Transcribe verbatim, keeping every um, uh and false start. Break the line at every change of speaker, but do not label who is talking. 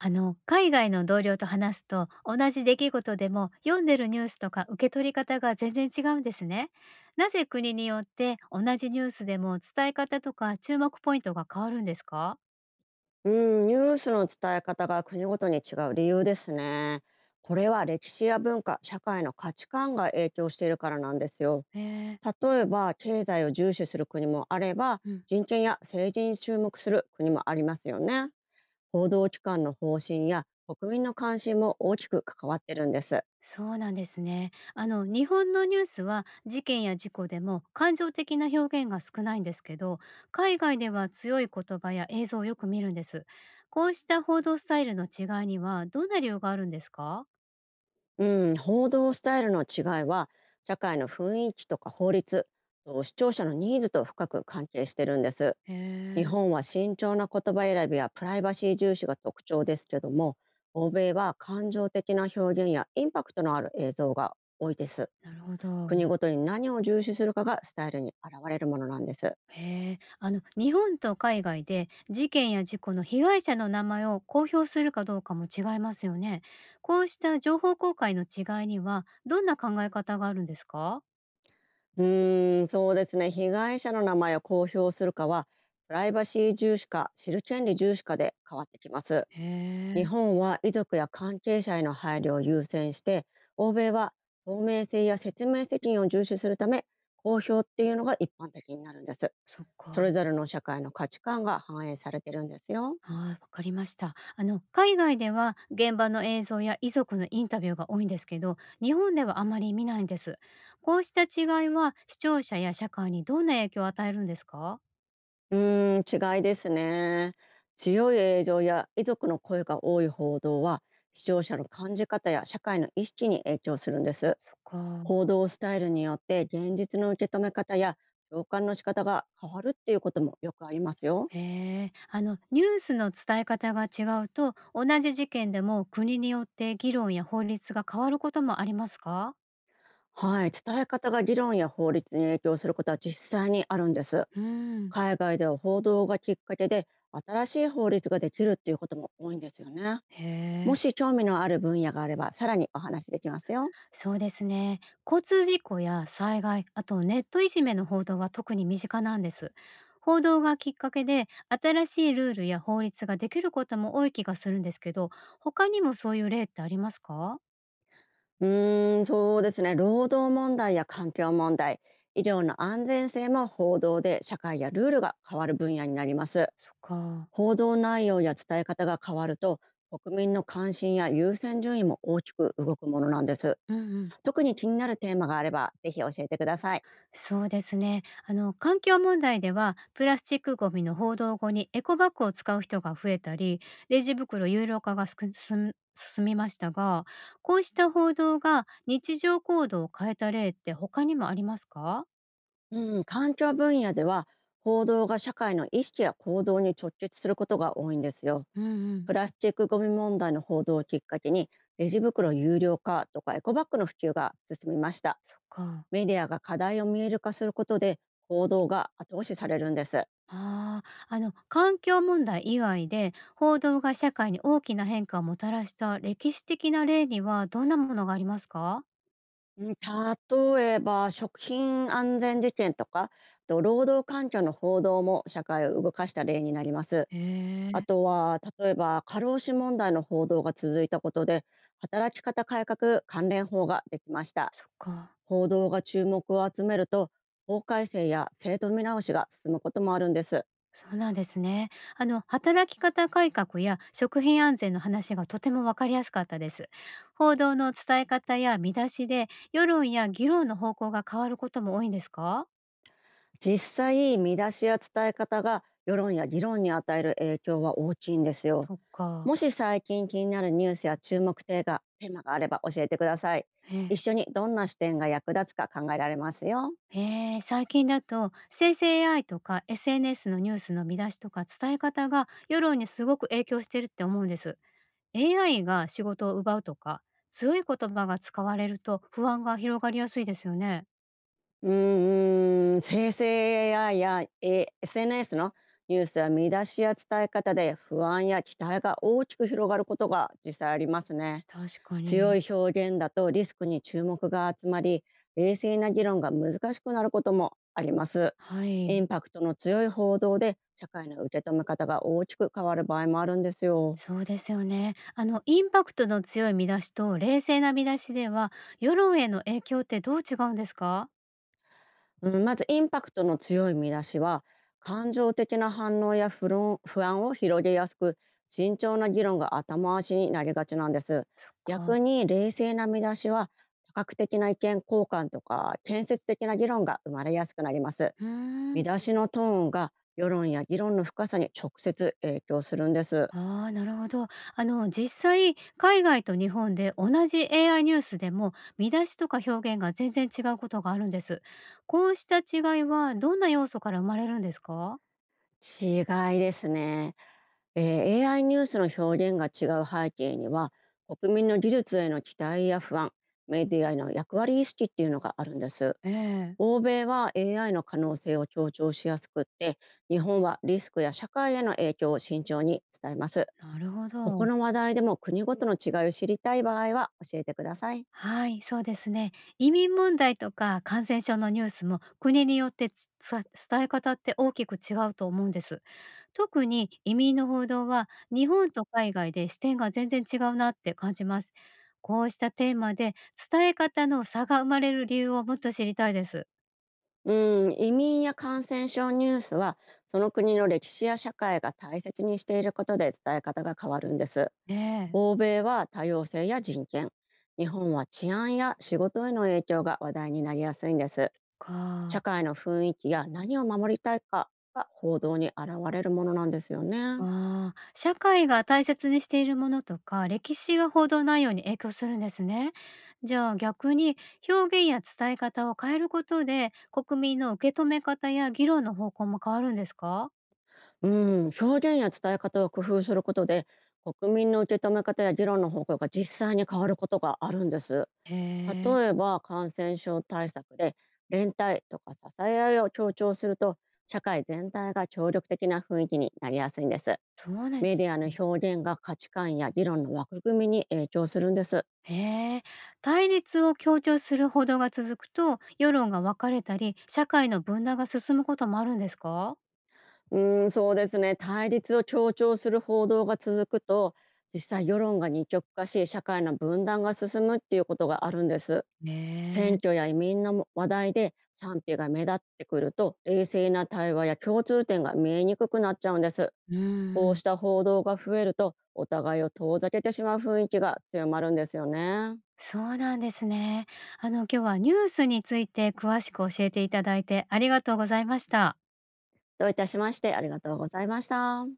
あの海外の同僚と話すと同じ出来事でも読んでるニュースとか受け取り方が全然違うんですね。なぜ国によって同じニュースでも伝え方とか注目ポイントが変わるんですか？
うん、ニュースの伝え方が国ごとに違う理由ですね。これは歴史や文化、社会の価値観が影響しているからなんですよ。
へえ。
例えば、経済を重視する国もあれば、
うん、
人権や政治に注目する国もありますよね。報道機関の方針や国民の関心も大きく関わってるんです。
そうなんですね。あの日本のニュースは事件や事故でも感情的な表現が少ないんですけど、海外では強い言葉や映像をよく見るんです。こうした報道スタイルの違いにはどんな理由があるんですか？
うん、報道スタイルの違いは、社会の雰囲気とか法律、と視聴者のニーズと深く関係してるんです。
へ
日
え。
本は慎重な言葉選びやプライバシー重視が特徴ですけども、欧米は感情的な表現やインパクトのある映像が多いです。
なるほど。
国ごとに何を重視するかがスタイルに現れるものなんです。
へえ、あの日本と海外で事件や事故の被害者の名前を公表するかどうかも違いますよね。こうした情報公開の違いにはどんな考え方があるんですか？
うーんそうですね。被害者の名前を公表するかはプライバシー重視か知る権利重視かで変わってきます。
へ
日
え、
本は遺族や関係者への配慮を優先して、欧米は透明性や説明責任を重視するため、公表っていうのが一般的になるんです。
そっ
そ
か。
れぞれの社会の価値観が反映されてるんですよ。
ああ、わかりました。あの海外では現場の映像や遺族のインタビューが多いんですけど、日本ではあまり見ないんです。こうした違いは視聴者や社会にどんな影響を与えるんですか？
うーん違いですね。強い映像や遺族の声が多い報道は視聴者の感じ方や社会の意識に影響するんです。
そっか。
報道スタイルによって現実の受け止め方や共感の仕方が変わるっていうこともよくありますよ。
へえ、あのニュースの伝え方が違うと、同じ事件でも国によって議論や法律が変わることもありますか？
はい、伝え方が議論や法律に影響することは実際にあるんです。
うん。
海外では報道がきっかけで新しい法律ができるっていうことも多いんですよね。
へ
も
え、
し興味のある分野があれば、さらにお話できますよ。
そうですね。交通事故や災害、あとネットいじめの報道は特に身近なんです。報道がきっかけで新しいルールや法律ができることも多い気がするんですけど、他にもそういう例ってありますか？
うーん、そうですね。労働問題や環境問題、医療の安全性も報道で社会やルールが変わる分野になります。
そっか。
報道内容や伝え方が変わると、国民の関心や優先順位も大きく動くものなんです。
うんうん。
特に気になるテーマがあれば、ぜひ教えてください。
そうですね。あの環境問題ではプラスチックごみの報道後にエコバッグを使う人が増えたり、レジ袋有料化がすく進進みましたが、こうした報道が日常行動を変えた例って他にもありますか？
うん、環境分野では報道が社会の意識や行動に直結することが多いんですよ。
うんうん。
プラスチックごみ問題の報道をきっかけにレジ袋有料化とかエコバッグの普及が進みました。
そっか。
メディアが課題を見える化することで行動が後押しされるんです。
ああ、あの環境問題以外で報道が社会に大きな変化をもたらした歴史的な例にはどんなものがありますか？
うん例えば食品安全事件とか、あと労働環境の報道も社会を動かした例になります。
へ
あ
え。
とは例えば過労死問題の報道が続いたことで働き方改革関連法ができました。
そっか。
報道が注目を集めると法改正や制度見直しが進むこともあるんです。
そうなんですね。あの、働き方改革や食品安全の話がとてもわかりやすかったです。報道の伝え方や見出しで、世論や議論の方向が変わることも多いんですか？
実際、見出しや伝え方が世論や議論に与える影響は大きいんですよ。
そっか。
もし最近気になるニュースや注目テーマテーマがあれば教えてください。
え、
一緒にどんな視点が役立つか考えられますよ。
えー最近だと、生成 エーアイ とか エスエヌエス のニュースの見出しとか伝え方が世論にすごく影響してるって思うんです。エーアイ が仕事を奪うとか、強い言葉が使われると不安が広がりやすいですよね。
うーん、生成 エーアイ や、え エスエヌエス のニュースや見出しや伝え方で不安や期待が大きく広がることが実際ありますね。
確か
強
に。
い表現だとリスクに注目が集まり、冷静な議論が難しくなることもあります。
はい。
インパクトの強い報道で社会の受け止め方が大きく変わる場合もあるんですよ。
そうですよね。あのインパクトの強い見出しと冷静な見出しでは、世論への影響ってどう違うんですか？
うん、まずインパクトの強い見出しは感情的な反応や不論不安を広げやすく、慎重な議論が後回しになりがちなんです。
そっか。
逆に冷静な見出しは多角的な意見交換とか建設的な議論が生まれやすくなります。
うー
見
ん。
出しのトーンが世論や議論の深さに直接影響するんです。
ああ、なるほど。あの実際、海外と日本で同じ エーアイ ニュースでも、見出しとか表現が全然違うことがあるんです。こうした違いはどんな要素から生まれるんですか？
違いですね。えー エーアイ ニュースの表現が違う背景には国民の技術への期待や不安、メディアへの役割意識っていうのがあるんです。
ええ、
欧米は エーアイ の可能性を強調しやすくって、日本はリスクや社会への影響を慎重に伝えます。
なるほ
こ
ど。
の話題でも国ごとの違いを知りたい場合は教えてください。
はい、そうですね。移民問題とか感染症のニュースも国によってつつ伝え方って大きく違うと思うんです。特に移民の報道は日本と海外で視点が全然違うなって感じます。こうしたテーマで伝え方の差が生まれる理由をもっと知りたいです。
うん移民や感染症ニュースはその国の歴史や社会が大切にしていることで伝え方が変わるんです。
ねえ、
欧米は多様性や人権、日本は治安や仕事への影響が話題になりやすいんです。社
か。
会の雰囲気や何を守りたいかが報道に現れるものなんですよね。
ああ、社会が大切にしているものとか、歴史が報道内容に影響するんですね。じゃあ逆に、表現や伝え方を変えることで、国民の受け止め方や議論の方向も変わるんですか？
うん、表現や伝え方を工夫することで国民の受け止め方や議論の方向が実際に変わることがあるんです。
へえ、
例えば感染症対策で連帯とか支え合いを強調すると社会全体が協力的な雰囲気になりやすいんです。
そうなんで
メ
す。
ディアの表現が価値観や議論の枠組みに影響するんです。
へえ、対立を強調する報道が続くと、世論が分かれたり、社会の分断が進むこともあるんですか？
うーん、そうですね。対立を強調する報道が続くと、実際世論が二極化し、社会の分断が進むっていうことがあるんです。
へ
選
え、
挙や移民の話題で賛否が目立ってくると、冷静な対話や共通点が見えにくくなっちゃうんです。
うん
こ
う
う
ん。
した報道が増えると、お互いを遠ざけてしまう雰囲気が強まるんですよね。
そうなんですね。あの、今日はニュースについて詳しく教えていただいてありがとうございました。
どういたしまして、ありがとうございました。